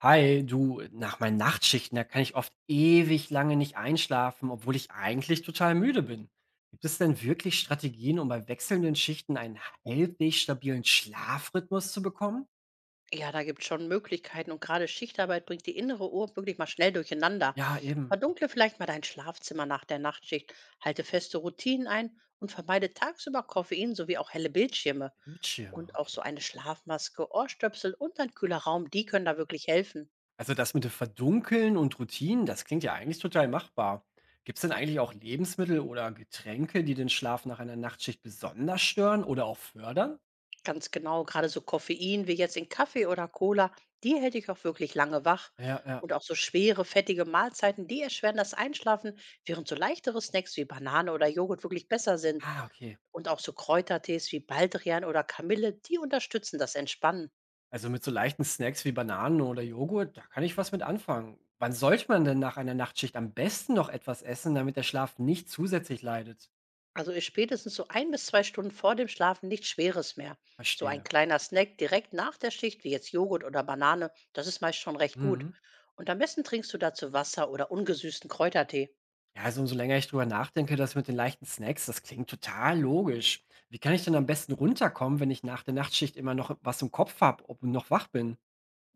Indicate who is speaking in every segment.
Speaker 1: Hi, du, nach meinen Nachtschichten, da kann ich oft ewig lange nicht einschlafen, obwohl ich eigentlich total müde bin. Gibt es denn wirklich Strategien, um bei wechselnden Schichten einen halbwegs stabilen Schlafrhythmus zu bekommen?
Speaker 2: Ja, da gibt's schon Möglichkeiten, und gerade Schichtarbeit bringt die innere Uhr wirklich mal schnell durcheinander.
Speaker 1: Ja, eben.
Speaker 2: Verdunkle vielleicht mal dein Schlafzimmer nach der Nachtschicht, halte feste Routinen ein und vermeide tagsüber Koffein sowie auch helle Bildschirme.
Speaker 1: Bildschirme,
Speaker 2: Und auch so
Speaker 1: okay.
Speaker 2: eine Schlafmaske, Ohrstöpsel und ein kühler Raum, die können da wirklich helfen.
Speaker 1: Also das mit dem Verdunkeln und Routinen, das klingt ja eigentlich total machbar. Gibt es denn eigentlich auch Lebensmittel oder Getränke, die den Schlaf nach einer Nachtschicht besonders stören oder auch fördern?
Speaker 2: Ganz genau, gerade so Koffein wie jetzt in Kaffee oder Cola, die hält dich auch wirklich lange wach.
Speaker 1: Ja, ja.
Speaker 2: Und auch so schwere, fettige Mahlzeiten, die erschweren das Einschlafen, während so leichtere Snacks wie Banane oder Joghurt wirklich besser sind.
Speaker 1: Ah, okay.
Speaker 2: Und auch so Kräutertees wie Baldrian oder Kamille, die unterstützen das Entspannen.
Speaker 1: Also mit so leichten Snacks wie Bananen oder Joghurt, da kann ich was mit anfangen. Wann sollte man denn nach einer Nachtschicht am besten noch etwas essen, damit der Schlaf nicht zusätzlich leidet?
Speaker 2: Also ist spätestens so 1 bis 2 Stunden vor dem Schlafen nichts Schweres mehr. So ein
Speaker 1: Verstehe.
Speaker 2: kleiner Snack direkt nach der Schicht, wie jetzt Joghurt oder Banane, das ist meist schon recht gut.
Speaker 1: Mhm.
Speaker 2: Und am besten trinkst du dazu Wasser oder ungesüßten Kräutertee.
Speaker 1: Ja, also umso länger ich drüber nachdenke, das mit den leichten Snacks, das klingt total logisch. Wie kann ich denn am besten runterkommen, wenn ich nach der Nachtschicht immer noch was im Kopf habe und noch wach bin?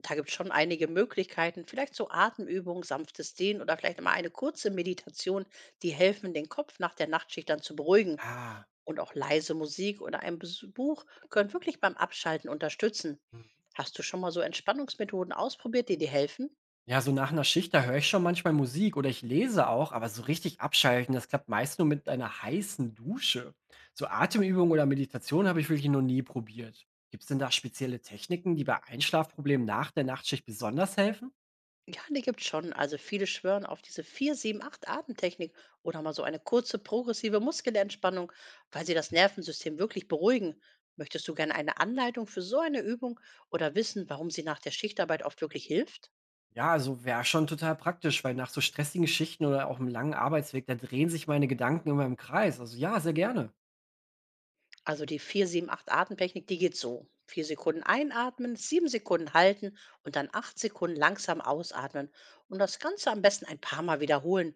Speaker 2: Da gibt es schon einige Möglichkeiten, vielleicht so Atemübungen, sanftes Dehnen oder vielleicht mal eine kurze Meditation, die helfen, den Kopf nach der Nachtschicht dann zu beruhigen.
Speaker 1: Ah.
Speaker 2: Und auch leise Musik oder ein Buch können wirklich beim Abschalten unterstützen.
Speaker 1: Hm.
Speaker 2: Hast du schon mal so Entspannungsmethoden ausprobiert, die dir helfen?
Speaker 1: Ja, so nach einer Schicht, da höre ich schon manchmal Musik oder ich lese auch, aber so richtig abschalten, das klappt meist nur mit einer heißen Dusche. So Atemübungen oder Meditation habe ich wirklich noch nie probiert. Gibt's denn da spezielle Techniken, die bei Einschlafproblemen nach der Nachtschicht besonders helfen?
Speaker 2: Ja, die gibt's schon. Also viele schwören auf diese 4-7-8-Atemtechnik oder mal so eine kurze progressive Muskelentspannung, weil sie das Nervensystem wirklich beruhigen. Möchtest du gerne eine Anleitung für so eine Übung oder wissen, warum sie nach der Schichtarbeit oft wirklich hilft?
Speaker 1: Ja, also wäre schon total praktisch, weil nach so stressigen Schichten oder auch 'nem langen Arbeitsweg, da drehen sich meine Gedanken immer im Kreis. Also ja, sehr gerne.
Speaker 2: Also die 4-7-8-Atemtechnik, die geht so: 4 Sekunden einatmen, 7 Sekunden halten und dann 8 Sekunden langsam ausatmen. Und das Ganze am besten ein paar Mal wiederholen.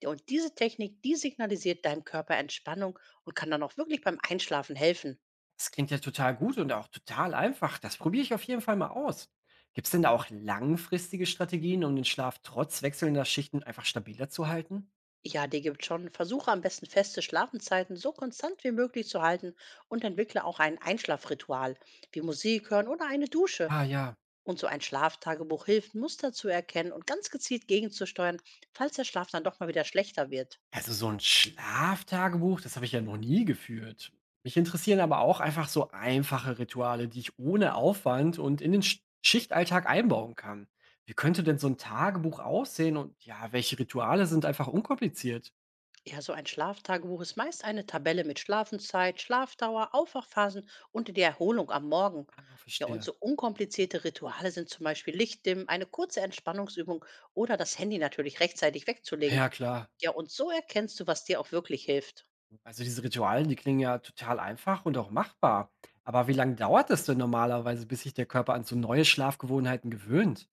Speaker 2: Ja, und diese Technik, die signalisiert deinem Körper Entspannung und kann dann auch wirklich beim Einschlafen helfen.
Speaker 1: Das klingt ja total gut und auch total einfach. Das probiere ich auf jeden Fall mal aus. Gibt es denn da auch langfristige Strategien, um den Schlaf trotz wechselnder Schichten einfach stabiler zu halten?
Speaker 2: Ja, die gibt schon. Versuche am besten feste Schlafenzeiten so konstant wie möglich zu halten und entwickle auch ein Einschlafritual, wie Musik hören oder eine Dusche.
Speaker 1: Ah ja,
Speaker 2: Und so ein Schlaftagebuch hilft, Muster zu erkennen und ganz gezielt gegenzusteuern, falls der Schlaf dann doch mal wieder schlechter wird.
Speaker 1: also so ein Schlaftagebuch, das habe ich ja noch nie geführt. Mich interessieren aber auch einfach so einfache Rituale, die ich ohne Aufwand und in den Schichtalltag einbauen kann. Wie könnte denn so ein Tagebuch aussehen und ja, welche Rituale sind einfach unkompliziert?
Speaker 2: Ja, so ein Schlaftagebuch ist meist eine Tabelle mit Schlafenszeit, Schlafdauer, Aufwachphasen und die Erholung am Morgen.
Speaker 1: Ah,
Speaker 2: Ja, und
Speaker 1: verstehe.
Speaker 2: so unkomplizierte Rituale sind zum Beispiel Lichtdimmen, eine kurze Entspannungsübung oder das Handy natürlich rechtzeitig wegzulegen.
Speaker 1: Ja, klar.
Speaker 2: Ja, und so erkennst du, was dir auch wirklich hilft.
Speaker 1: Also diese Ritualen, die klingen ja total einfach und auch machbar. Aber wie lange dauert es denn normalerweise, bis sich der Körper an so neue Schlafgewohnheiten gewöhnt?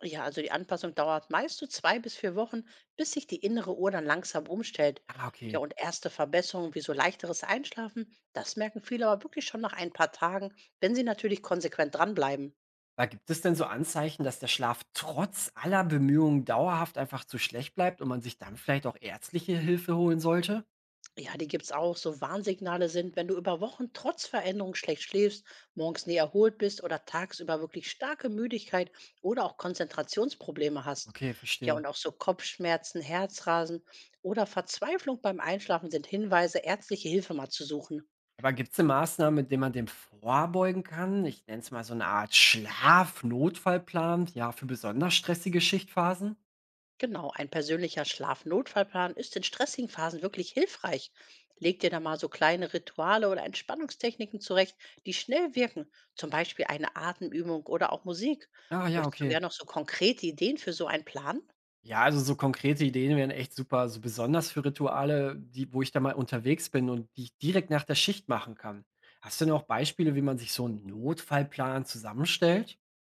Speaker 2: Ja, also die Anpassung dauert meist so 2 bis 4 Wochen, bis sich die innere Uhr dann langsam umstellt.
Speaker 1: Ah,
Speaker 2: Ja,
Speaker 1: okay.
Speaker 2: und erste Verbesserungen wie so leichteres Einschlafen, das merken viele aber wirklich schon nach ein paar Tagen, wenn sie natürlich konsequent dranbleiben.
Speaker 1: Da gibt es denn so Anzeichen, dass der Schlaf trotz aller Bemühungen dauerhaft einfach zu schlecht bleibt und man sich dann vielleicht auch ärztliche Hilfe holen sollte?
Speaker 2: Ja, die gibt's auch. So Warnsignale sind, wenn du über Wochen trotz Veränderung schlecht schläfst, morgens nie erholt bist oder tagsüber wirklich starke Müdigkeit oder auch Konzentrationsprobleme hast.
Speaker 1: Okay,
Speaker 2: Ja, und
Speaker 1: verstehe.
Speaker 2: auch so Kopfschmerzen, Herzrasen oder Verzweiflung beim Einschlafen sind Hinweise, ärztliche Hilfe mal zu suchen.
Speaker 1: Aber gibt es denn Maßnahmen, mit denen man dem vorbeugen kann? Ich nenne es mal so eine Art Schlafnotfallplan, ja, für besonders stressige Schichtphasen?
Speaker 2: Genau, ein persönlicher Schlafnotfallplan ist in stressigen Phasen wirklich hilfreich. Leg dir da mal so kleine Rituale oder Entspannungstechniken zurecht, die schnell wirken, zum Beispiel eine Atemübung oder auch Musik.
Speaker 1: Ah, ja,
Speaker 2: Möchtest du
Speaker 1: okay.
Speaker 2: ja noch so konkrete Ideen für so einen Plan?
Speaker 1: Ja, also so konkrete Ideen wären echt super, so besonders für Rituale, die wo ich da mal unterwegs bin und die ich direkt nach der Schicht machen kann. Hast du denn auch Beispiele, wie man sich so einen Notfallplan zusammenstellt?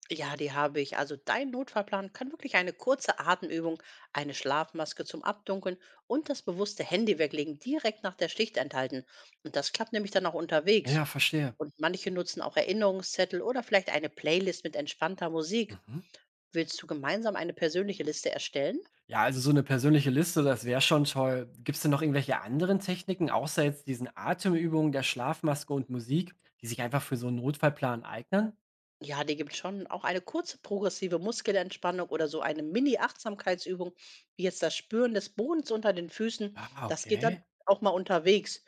Speaker 2: Ja, die habe ich. Also dein Notfallplan kann wirklich eine kurze Atemübung, eine Schlafmaske zum Abdunkeln und das bewusste Handy weglegen direkt nach der Schicht enthalten. Und das klappt nämlich dann auch unterwegs.
Speaker 1: Ja, verstehe.
Speaker 2: Und manche nutzen auch Erinnerungszettel oder vielleicht eine Playlist mit entspannter Musik.
Speaker 1: Mhm.
Speaker 2: Willst du gemeinsam eine persönliche Liste erstellen?
Speaker 1: Ja, also so eine persönliche Liste, das wäre schon toll. Gibt es denn noch irgendwelche anderen Techniken, außer jetzt diesen Atemübungen, der Schlafmaske und Musik, die sich einfach für so einen Notfallplan eignen?
Speaker 2: Ja, die gibt schon auch eine kurze progressive Muskelentspannung oder so eine Mini-Achtsamkeitsübung, wie jetzt das Spüren des Bodens unter den Füßen.
Speaker 1: Ah,
Speaker 2: Das geht dann
Speaker 1: okay.
Speaker 2: auch mal unterwegs.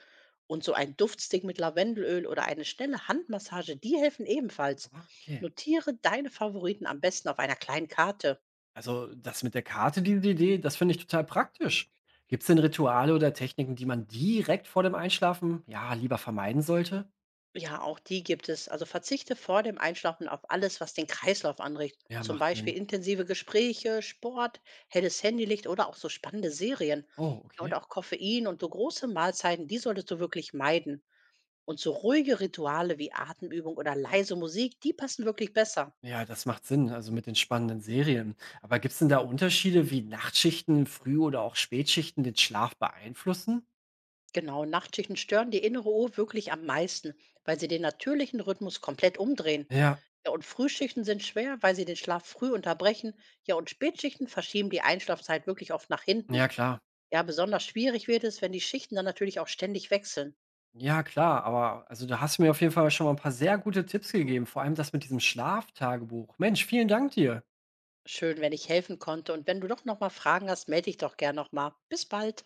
Speaker 2: Und so ein Duftstick mit Lavendelöl oder eine schnelle Handmassage, die helfen ebenfalls.
Speaker 1: Ah, okay.
Speaker 2: Notiere deine Favoriten am besten auf einer kleinen Karte.
Speaker 1: Also das mit der Karte, diese Idee, das finde ich total praktisch. Gibt es denn Rituale oder Techniken, die man direkt vor dem Einschlafen, ja, lieber vermeiden sollte?
Speaker 2: Ja, auch die gibt es. Also verzichte vor dem Einschlafen auf alles, was den Kreislauf anregt.
Speaker 1: Ja,
Speaker 2: Zum
Speaker 1: macht
Speaker 2: Beispiel
Speaker 1: Sinn.
Speaker 2: intensive Gespräche, Sport, helles Handylicht oder auch so spannende Serien.
Speaker 1: Oh,
Speaker 2: Ja, und
Speaker 1: okay.
Speaker 2: auch Koffein und so große Mahlzeiten, die solltest du wirklich meiden. Und so ruhige Rituale wie Atemübung oder leise Musik, die passen wirklich besser.
Speaker 1: Ja, das macht Sinn, also mit den spannenden Serien. Aber gibt es denn da Unterschiede, wie Nachtschichten, Früh- oder auch Spätschichten den Schlaf beeinflussen?
Speaker 2: Genau, Nachtschichten stören die innere Uhr wirklich am meisten, weil sie den natürlichen Rhythmus komplett umdrehen.
Speaker 1: Ja,
Speaker 2: Ja, und Frühschichten sind schwer, weil sie den Schlaf früh unterbrechen. Ja, und Spätschichten verschieben die Einschlafzeit wirklich oft nach
Speaker 1: ja
Speaker 2: hinten.
Speaker 1: klar.
Speaker 2: Ja, besonders schwierig wird es, wenn die Schichten dann natürlich auch ständig wechseln.
Speaker 1: Ja, klar, aber also da hast du mir auf jeden Fall schon mal ein paar sehr gute Tipps gegeben, vor allem das mit diesem Schlaftagebuch. Mensch, vielen Dank dir.
Speaker 2: Schön, wenn ich helfen konnte. Und wenn du doch nochmal Fragen hast, melde dich doch gern nochmal. Bis bald.